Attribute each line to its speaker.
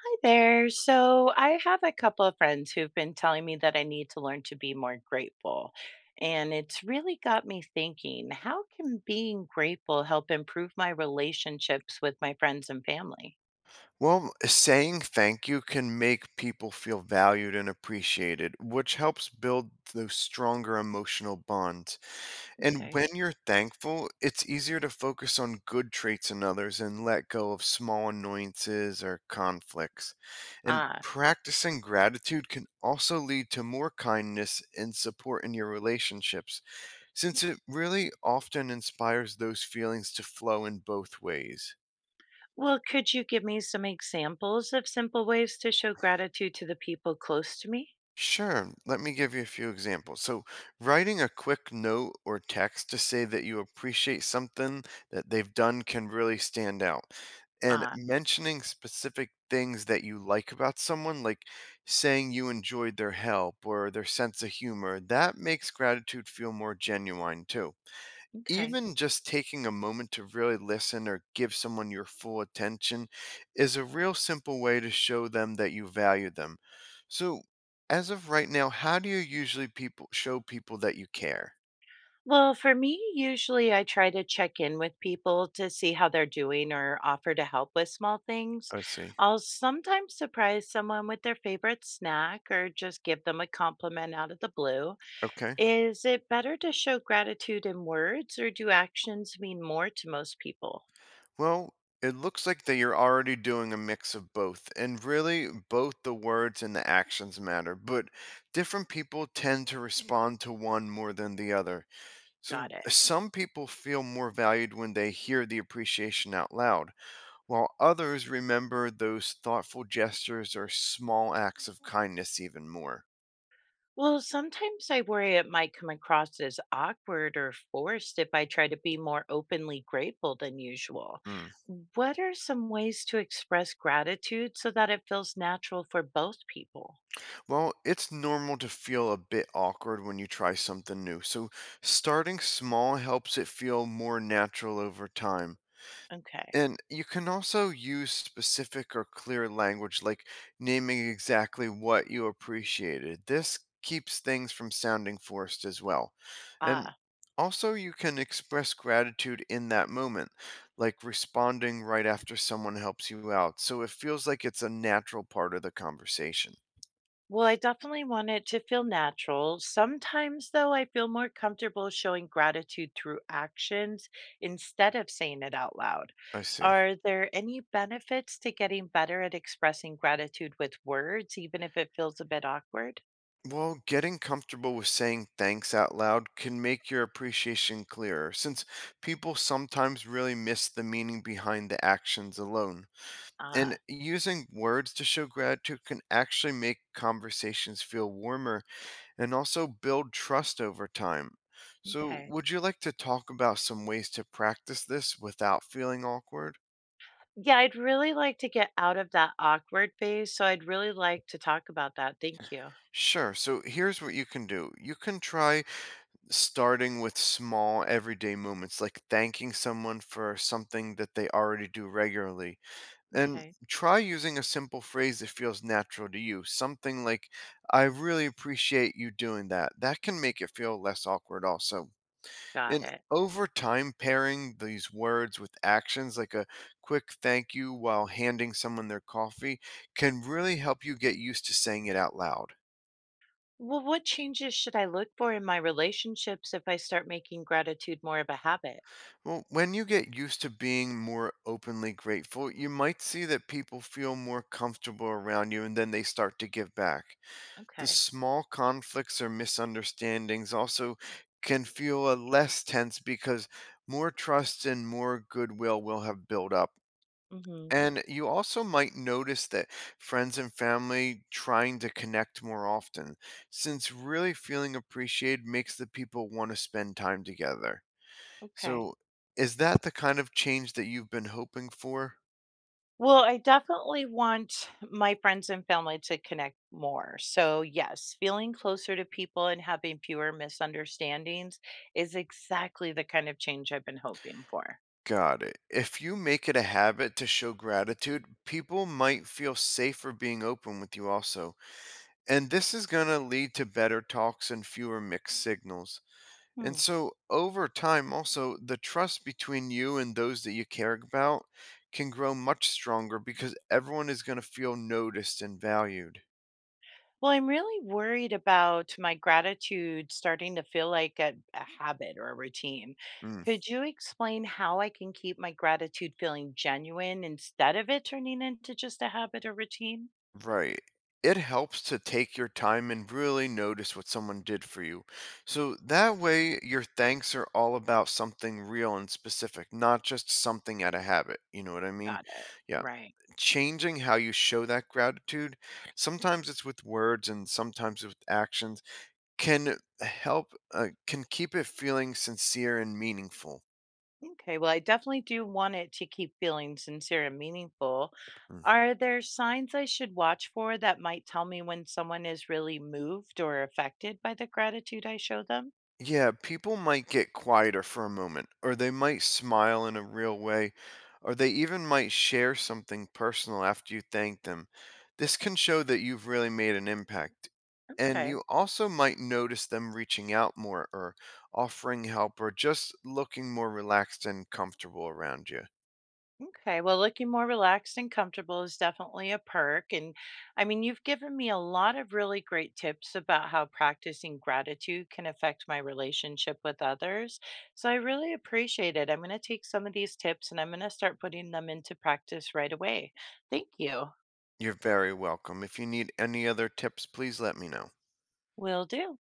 Speaker 1: Hi there. So I have a couple of friends who've been telling me that I need to learn to be more grateful. And it's really got me thinking, how can being grateful help improve my relationships with my friends and family?
Speaker 2: Well, saying thank you can make people feel valued and appreciated, which helps build those stronger emotional bonds. And
Speaker 1: Okay.
Speaker 2: when you're thankful, it's easier to focus on good traits in others and let go of small annoyances or conflicts. And
Speaker 1: Ah,
Speaker 2: practicing gratitude can also lead to more kindness and support in your relationships, since it really often inspires those feelings to flow in both ways.
Speaker 1: well, could you give me some examples of simple ways to show gratitude to the people close to me?
Speaker 2: Sure. Let me give you a few examples. So, writing a quick note or text to say that you appreciate something that they've done can really stand out. And
Speaker 1: Ah,
Speaker 2: mentioning specific things that you like about someone, like saying you enjoyed their help or their sense of humor, that makes gratitude feel more genuine too.
Speaker 1: okay.
Speaker 2: Even just taking a moment to really listen or give someone your full attention is a real simple way to show them that you value them. So, as of right now, how do you usually people show people that you care?
Speaker 1: Well, for me, usually I try to check in with people to see how they're doing or offer to help with small things.
Speaker 2: I see.
Speaker 1: I'll sometimes surprise someone with their favorite snack or just give them a compliment out of the blue.
Speaker 2: Okay.
Speaker 1: Is it better to show gratitude in words or do actions mean more to most people?
Speaker 2: Well, it looks like that you're already doing a mix of both, and really both the words and the actions matter, but different people tend to respond to one more than the other.
Speaker 1: Got
Speaker 2: So
Speaker 1: it.
Speaker 2: some people feel more valued when they hear the appreciation out loud while others remember those thoughtful gestures or small acts of kindness even more.
Speaker 1: Well, sometimes I worry it might come across as awkward or forced if I try to be more openly grateful than usual.
Speaker 2: Mm.
Speaker 1: What are some ways to express gratitude so that it feels natural for both people?
Speaker 2: Well, it's normal to feel a bit awkward when you try something new, so starting small helps it feel more natural over time.
Speaker 1: Okay.
Speaker 2: And you can also use specific or clear language, like naming exactly what you appreciated. This keeps things from sounding forced as well. And
Speaker 1: Ah.
Speaker 2: also, you can express gratitude in that moment, like responding right after someone helps you out. So it feels like it's a natural part of the conversation.
Speaker 1: Well, I definitely want it to feel natural. Sometimes, though, I feel more comfortable showing gratitude through actions instead of saying it out loud.
Speaker 2: I see.
Speaker 1: Are there any benefits to getting better at expressing gratitude with words, even if it feels a bit awkward?
Speaker 2: Well, getting comfortable with saying thanks out loud can make your appreciation clearer, since people sometimes really miss the meaning behind the actions alone. And
Speaker 1: Ah,
Speaker 2: using words to show gratitude can actually make conversations feel warmer and also build trust over time. So,
Speaker 1: okay.
Speaker 2: would you like to talk about some ways to practice this without feeling awkward?
Speaker 1: Yeah, I'd really like to get out of that awkward phase. So I'd really like to talk about that. Thank you.
Speaker 2: Sure. So here's what you can do. You can try starting with small everyday moments like thanking someone for something that they already do regularly and
Speaker 1: Okay,
Speaker 2: try using a simple phrase that feels natural to you, something like, I really appreciate you doing that. That can make it feel less awkward. Also,
Speaker 1: got
Speaker 2: and
Speaker 1: it.
Speaker 2: over time, pairing these words with actions like a quick thank you while handing someone their coffee can really help you get used to saying it out loud.
Speaker 1: Well, what changes should I look for in my relationships if I start making gratitude more of a habit?
Speaker 2: Well, when you get used to being more openly grateful, you might see that people feel more comfortable around you and then they start to give back. The
Speaker 1: Okay.
Speaker 2: small conflicts or misunderstandings also can feel a less tense because more trust and more goodwill will have built up.
Speaker 1: Mhm.
Speaker 2: And you also might notice that friends and family trying to connect more often, since really feeling appreciated makes the people want to spend time together.
Speaker 1: Okay.
Speaker 2: So, is that the kind of change that you've been hoping for?
Speaker 1: Well, I definitely want my friends and family to connect more. So, yes, feeling closer to people and having fewer misunderstandings is exactly the kind of change I've been hoping for.
Speaker 2: Got it. If you make it a habit to show gratitude, people might feel safer being open with you also. And this is going to lead to better talks and fewer mixed signals. And
Speaker 1: Hmm.
Speaker 2: so over time, also, the trust between you and those that you care about can grow much stronger because everyone is going to feel noticed and valued.
Speaker 1: Well, I'm really worried about my gratitude starting to feel like a habit or a routine.
Speaker 2: Mm.
Speaker 1: Could you explain how I can keep my gratitude feeling genuine instead of it turning into just a habit or routine?
Speaker 2: Right. It helps to take your time and really notice what someone did for you. So that way, your thanks are all about something real and specific, not just something out of habit. You know what I mean?
Speaker 1: Got it.
Speaker 2: Yeah.
Speaker 1: Right.
Speaker 2: Changing how you show that gratitude, sometimes it's with words and sometimes with actions, can help, can keep it feeling sincere and meaningful.
Speaker 1: Okay, well, I definitely do want it to keep feeling sincere and meaningful.
Speaker 2: Hmm.
Speaker 1: Are there signs I should watch for that might tell me when someone is really moved or affected by the gratitude I show them?
Speaker 2: Yeah, people might get quieter for a moment, or they might smile in a real way, or they even might share something personal after you thank them. This can show that you've really made an impact. And
Speaker 1: Okay.
Speaker 2: you also might notice them reaching out more, or offering help, or just looking more relaxed and comfortable around you.
Speaker 1: Okay, well, looking more relaxed and comfortable is definitely a perk. And I mean, you've given me a lot of really great tips about how practicing gratitude can affect my relationship with others. So I really appreciate it. I'm going to take some of these tips and I'm going to start putting them into practice right away. Thank you.
Speaker 2: You're very welcome. If you need any other tips, please let me know.
Speaker 1: Will do.